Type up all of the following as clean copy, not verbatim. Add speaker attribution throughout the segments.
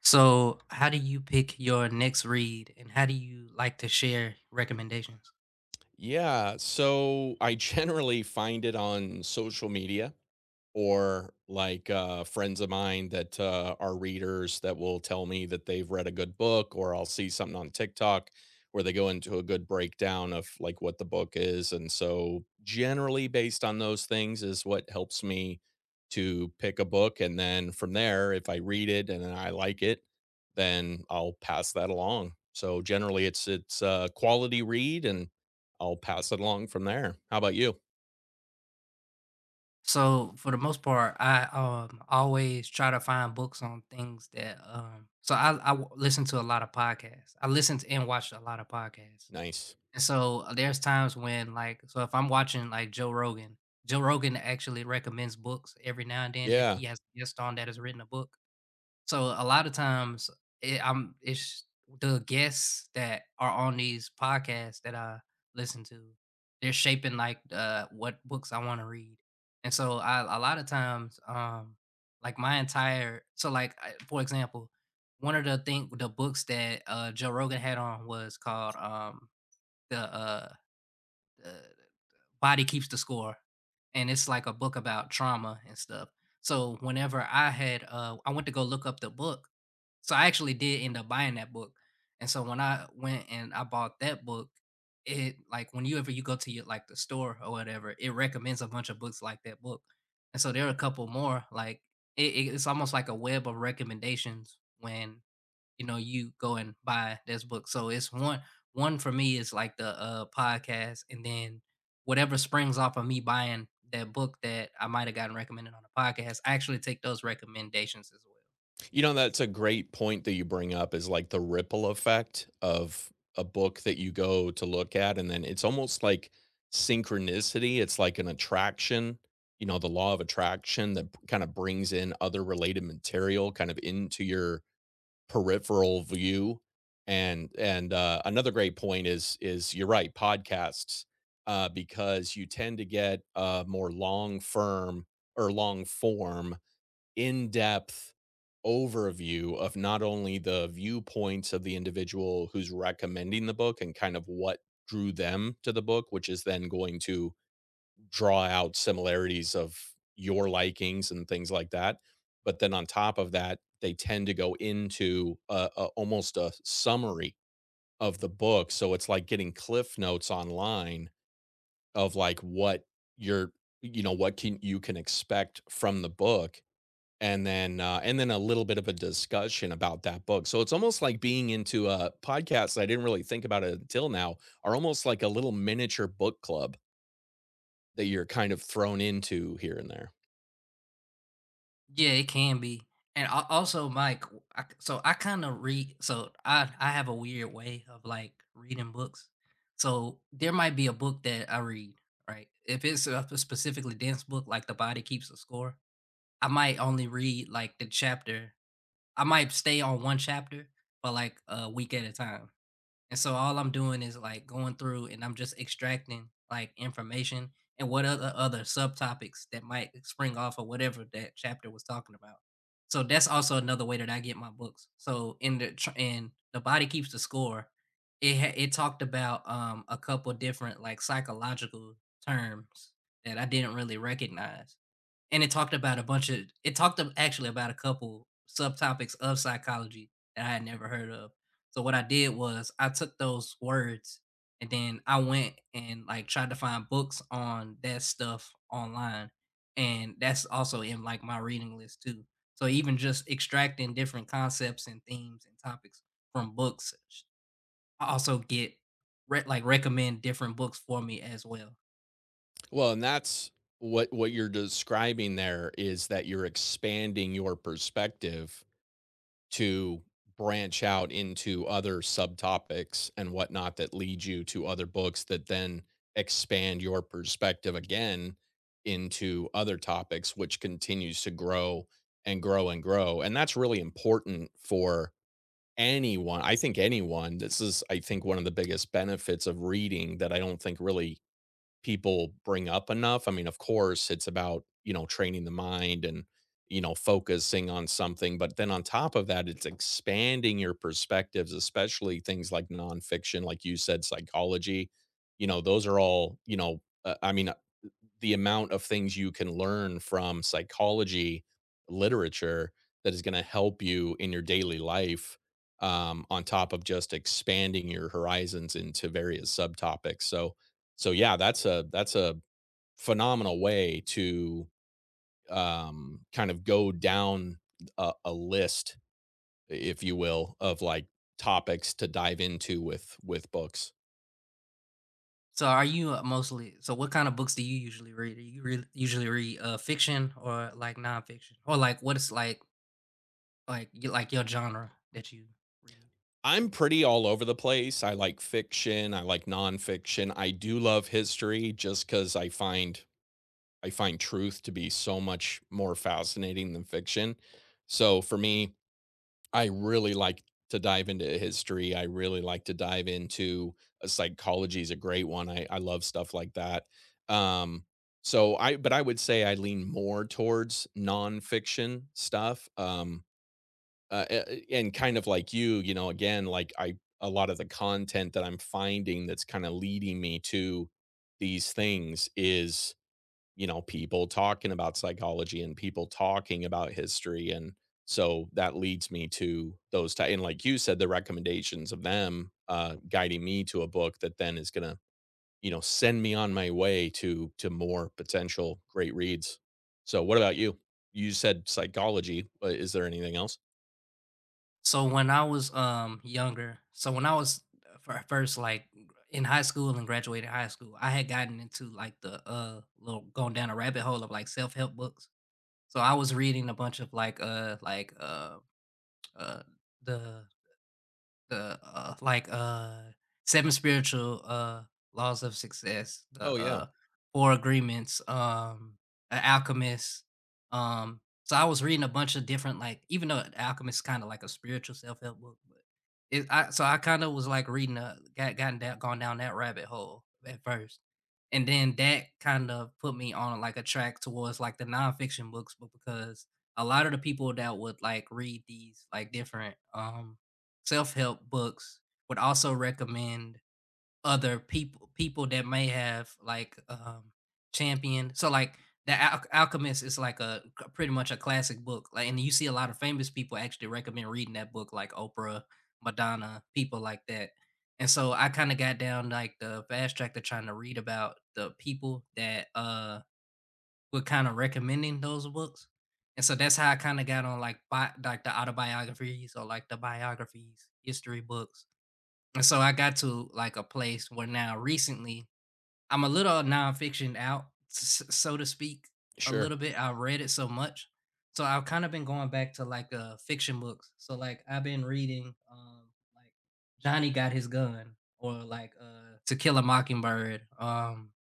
Speaker 1: So, how do you pick your next read, and how do you like to share recommendations?
Speaker 2: Yeah, so I generally find it on social media or like friends of mine that are readers that will tell me that they've read a good book, or I'll see something on TikTok where they go into a good breakdown of like what the book is. And so, generally, based on those things, is what helps me to pick a book. And then from there, if I read it and then I like it, then I'll pass that along. So generally, it's a quality read, and I'll pass it along from there. How about you?
Speaker 1: So, for the most part, I always try to find books on things that listen to a lot of podcasts. I listen to and watch a lot of podcasts,
Speaker 2: Nice.
Speaker 1: and so there's times when like so if I'm watching like Joe Rogan, Joe Rogan actually recommends books every now and then if
Speaker 2: Yeah.
Speaker 1: he has a guest on that has written a book. So a lot of times it, I'm it's the guests that are on these podcasts that I listen to. They're shaping like what books I want to read, and so I a lot of times like my entire so like I- for example one of the thing the books that Joe Rogan had on was called the uh the Body Keeps the Score, and it's like a book about trauma and stuff. So whenever I went to go look up the book, so I actually did end up buying that book. And so when I went and I bought that book, it like whenever you go to your like the store or whatever, it recommends a bunch of books like that book. And so there are a couple more like it's almost like a web of recommendations when you know you go and buy this book. So it's one for me is like the podcast, and then whatever springs off of me buying that book that I might have gotten recommended on a podcast, I actually take those recommendations as well.
Speaker 2: You know, that's a great point that you bring up is like the ripple effect of a book that you go to look at. And then it's almost like synchronicity. It's like an attraction, you know, the law of attraction that kind of brings in other related material kind of into your peripheral view. And another great point is you're right, podcasts, because you tend to get a more long firm or long form in-depth overview of not only the viewpoints of the individual who's recommending the book and kind of what drew them to the book, which is then going to draw out similarities of your likings and things like that. But then on top of that, they tend to go into a almost a summary of the book. So it's like getting cliff notes online of like what you're, what can you can expect from the book and then a little bit of a discussion about that book. So it's almost like being into a podcast. I didn't really think about it until now. Are almost like a little miniature book club that you're kind of thrown into here and there.
Speaker 1: Yeah, it can be. And al also, Mike, w I k so I kinda read, so I have a weird way of, like, reading books. So, there might be a book that I read, right? If it's specifically dense book, like The Body Keeps the Score, I might only read, like, the chapter. I might stay on one chapter for, like, a week at a time. And so all I'm doing is like going through, and I'm just extracting like information and what other subtopics that might spring off or whatever that chapter was talking about. So that's also another way that I get my books. So in in the Body Keeps the Score, it talked about a couple different like psychological terms that I didn't really recognize, and it talked ab actually about a couple subtopics of psychology that I had never heard of. So what I did was I took those words, and then I went and, like, tried to find books on that stuff online, and that's also in, like, my reading list too. So even just extracting different concepts and themes and topics from books, sh I also get re like, recommend different books for me as well.
Speaker 2: Well, and that's what you're describing there is that you're expanding your perspective to branch out into other subtopics and whatnot that lead you to other books that then expand your perspective again into other topics, which continues to grow and grow and grow. And that's really important for anyone. I think anyone, this is, I think, one of the biggest benefits of reading that I don't think really people bring up enough. I mean, of course, it's about, you know, training the mind and, you know, focusing on something. But then on top of that, it's expanding your perspectives, especially things like nonfiction, like you said, psychology. You know, those are all, you know, I mean, the amount of things you can learn from psychology literature that is going to help you in your daily life on top of just expanding your horizons into various subtopics, so so yeah, that's a phenomenal way to kind of go down a list, if you will, of like topics to dive into with with books.
Speaker 1: So are you mostly, so what kind of books do you usually read? Do you read usually read fiction or like nonfiction? Or like what is like you like your genre that you read?
Speaker 2: I'm pretty all over the place. I like fiction. I like nonfiction. I do love history just because I find truth to be so much more fascinating than fiction. So for me, I really like to dive into history. I really like to dive into psychology is a great one. I love stuff like that. Um, so I but I would say I lean more towards nonfiction stuff. And kind of like you know, again, a lot of the content that I'm finding that's kind of leading me to these things is, you know, people talking about psychology and people talking about history. And so that leads me to those. And like you said, the recommendations of them guiding me to a book that then is going to, you know, send me on my way to more potential great reads. So what about you? You said psychology. But Is there anything else?
Speaker 1: So when I was younger, so when I was first like in high school and graduated high school, I had gotten into like the little going down a rabbit hole of like self-help books. So I was reading a bunch of like uh the the like Seven Spiritual Laws of Success,
Speaker 2: Oh,
Speaker 1: the
Speaker 2: yeah.
Speaker 1: Four Agreements, a Alchemist. So I was reading a bunch of different like, even though The Alchemist is kind of like a spiritual self-help book, but it I so I kind of was like reading a got gotten that gone down that rabbit hole at first, and then that kind of put me on like a track towards like the nonfiction books. But because a lot of the people that would like read these like different self-help books would also recommend other people that may have like, championed, so, like, The Al Alchemist is like a c pretty much a classic book, like, and you see a lot of famous people actually recommend reading that book, like Oprah, Madonna, people like that, and so I kinda got down, like, the fast track to trying to read about the people that, were kinda recommending those books, and so that's how I kinda got on, like, bi like, the autobiographies or, like, the biographies, history books, and so I got to, like, a place where now recently I'm a little nonfiction out, so to speak, a
Speaker 2: Sure.
Speaker 1: little bit. I read it so much. So I've kind of been going back to like fiction books. So like I've been reading like Johnny Got His Gun, or like To Kill a Mockingbird,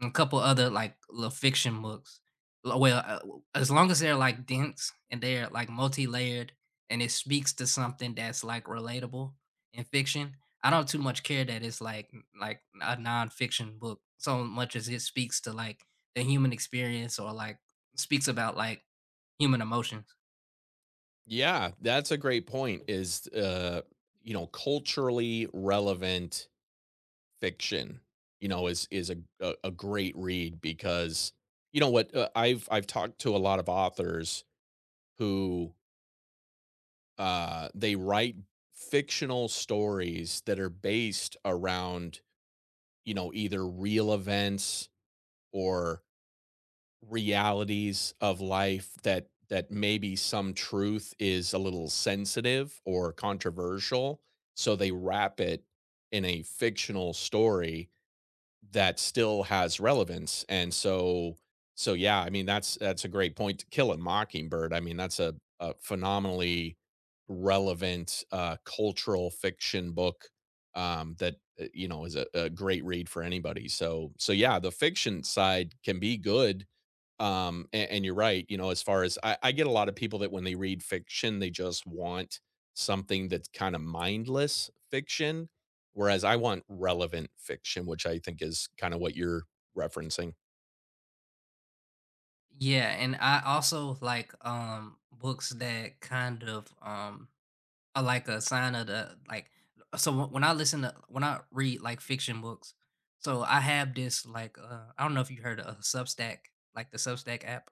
Speaker 1: and a couple other like little fiction books. Well, as long as they're like dense and they're like multi-layered, and it speaks to something that's like relatable in fiction, I don't too much care that it's like a nonfiction book so much as it speaks to like the human experience, or like speaks about like human emotions.
Speaker 2: Yeah, that's a great point is, you know, culturally relevant fiction, you know, is a great read because you know what, I've talked to a lot of authors who, they write fictional stories that are based around, you know, either real events or realities of life that that maybe some truth is a little sensitive or controversial, so they wrap it in a fictional story that still has relevance. And so so yeah, I mean, that's a great point. To Kill a Mockingbird, I mean, that's a phenomenally relevant cultural fiction book that you know, is a great read for anybody, so so yeah, the fiction side can be good, and you're right, you know, as far as I get a lot of people that when they read fiction, they just want something that's kind of mindless fiction, whereas I want relevant fiction, which I think is kind of what you're referencing.
Speaker 1: Yeah, and I also like books that kind of are like a sign of the like, so when I listen to when I read like fiction books, so I have this like I don't know if you heard of Substack, like the Substack app.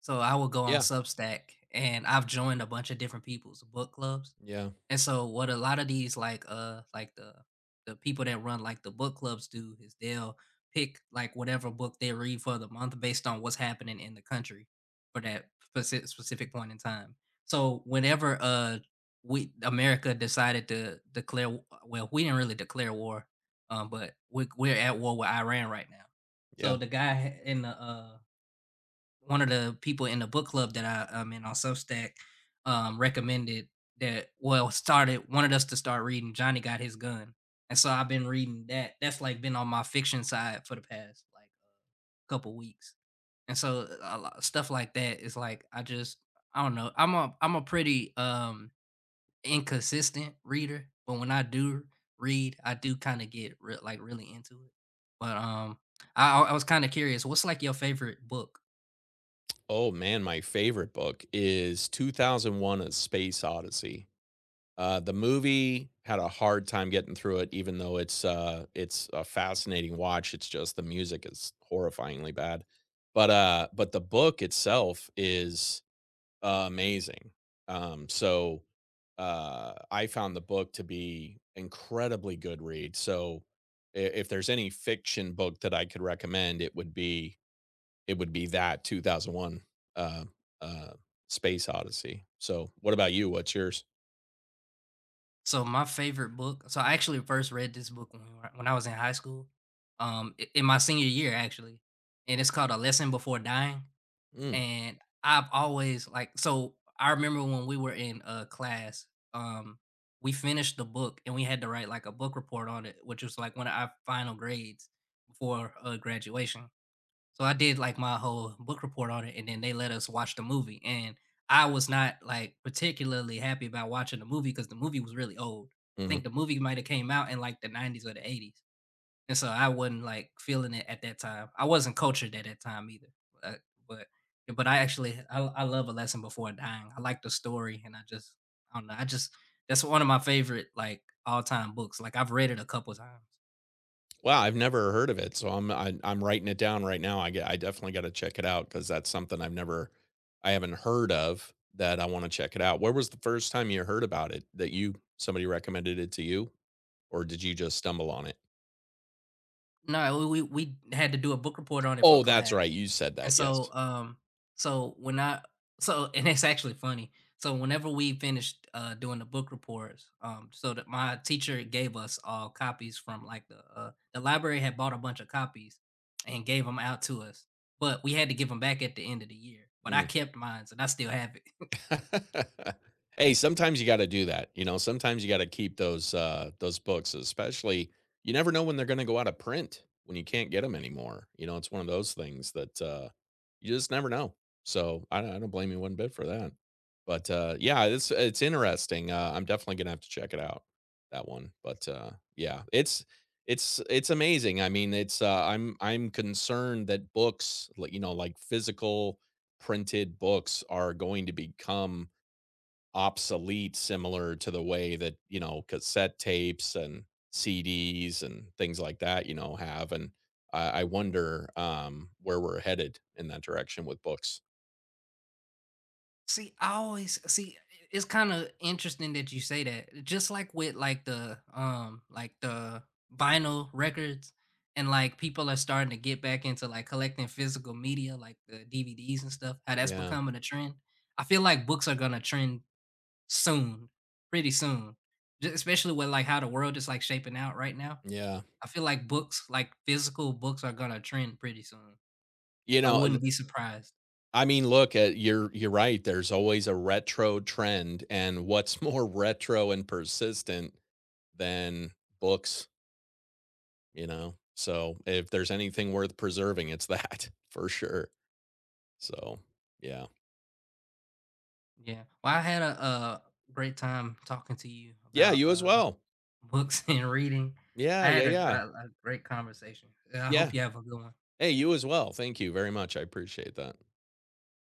Speaker 1: So I will go on
Speaker 2: Yeah,
Speaker 1: Substack, and I've joined a bunch of different people's book clubs.
Speaker 2: yeah,
Speaker 1: And so what a lot of these like the people that run like the book clubs do is they'll pick like whatever book they read for the month based on what's happening in the country for that specific point in time. So whenever we America decided to declare well, we didn't really declare war, but we're at war with Iran right now. So
Speaker 2: yeah.
Speaker 1: the guy in the one of the people in the book club that I'm in on Substack, recommended that, well, started, wanted us to start reading Johnny Got His Gun. And so I've been reading that. That's like been on my fiction side for the past like couple weeks. And so a lot, stuff like that is like, I just, I don't know. I'm a pretty inconsistent reader, but when I do read, I do kind of get like really into it. But I was kind of curious, what's like your favorite book?
Speaker 2: Oh man, my favorite book is 2001 A Space Odyssey. The movie had a hard time getting through it, even though it's a fascinating watch. It's just the music is horrifyingly bad, but the book itself is amazing. Um, so I found the book to be incredibly good read. So if there's any fiction book that I could recommend, it would be that 2001 uh, uh, Space Odyssey. So what about you? What's yours?
Speaker 1: So my favorite book, so I actually first read this book when we were when I was in high school, I in my senior year, actually, and it's called A Lesson Before Dying,
Speaker 2: Mm,
Speaker 1: and I've always, like, so I remember when we were in a class, um, we finished the book, and we had to write, like, a book report on it, which was, like, one of our final grades before, graduation. So I did like my whole book report on it, and then they let us watch the movie. And I was not like particularly happy about watching the movie because the movie was really old. I
Speaker 2: mhm.
Speaker 1: think the movie might have came out in like the 90s or the 80s, and so I wasn't like feeling it at that time. I wasn't cultured at that time either. Uh, but but I actually I love A Lesson Before Dying. I like the story, and I just I don't know. I just that's one of my favorite like all time books. Like I've read it a couple times.
Speaker 2: Wow, I've never heard of it, so I'm writing it down right now. I definitely got to check it out because that's something I've never, I haven't heard of that. I want to check it out. Where was the first time you heard about it? That you somebody recommended it to you, or did you just stumble on it?
Speaker 1: No, we had to do a book report on it for
Speaker 2: Oh, that's
Speaker 1: class.
Speaker 2: right, you said
Speaker 1: And
Speaker 2: that. Yes.
Speaker 1: so, so when I so and it's actually funny. So whenever we finished doing the book reports, so that my teacher gave us all copies from like the library had bought a bunch of copies and gave them out to us, but we had to give them back at the end of the year. But I kept mine, and I still have it.
Speaker 2: Hey, sometimes you got to do that. You know, sometimes you got to keep those books, especially you never know when they're going to go out of print when you can't get them anymore. You know, it's one of those things that you just never know. So I don't blame you one bit for that. But yeah, it's interesting. I'm definitely going to have to check it out, that one. But yeah, it's amazing. I mean, it's I'm concerned that books, like, you know, like physical printed books are going to become obsolete, similar to the way that, you know, cassette tapes and CDs and things like that, you know, have. And I wonder where we're headed in that direction with books.
Speaker 1: See, I always see, it's kind of interesting that you say that. Just like with like the vinyl records, and like people are starting to get back into like collecting physical media like the DVDs and stuff, how that's
Speaker 2: Yeah,
Speaker 1: becoming a trend. I feel like books are gonna trend soon, pretty soon. Especially with like how the world is like shaping out right now.
Speaker 2: yeah.
Speaker 1: I feel like books, like physical books are gonna trend pretty soon.
Speaker 2: You
Speaker 1: I
Speaker 2: know, th-
Speaker 1: wouldn't be surprised.
Speaker 2: I mean, look, at you're right. There's always a retro trend, and what's more retro and persistent than books? You know, so if there's anything worth preserving, it's that for sure. So, yeah.
Speaker 1: Yeah. Well, I had a, great time talking to you
Speaker 2: Yeah,
Speaker 1: about,
Speaker 2: you as well.
Speaker 1: books and reading.
Speaker 2: Yeah,
Speaker 1: I
Speaker 2: yeah,
Speaker 1: had a
Speaker 2: yeah.
Speaker 1: a a great conversation. I
Speaker 2: Yeah.
Speaker 1: hope you have a good one.
Speaker 2: Hey, you as well. Thank you very much. I appreciate that.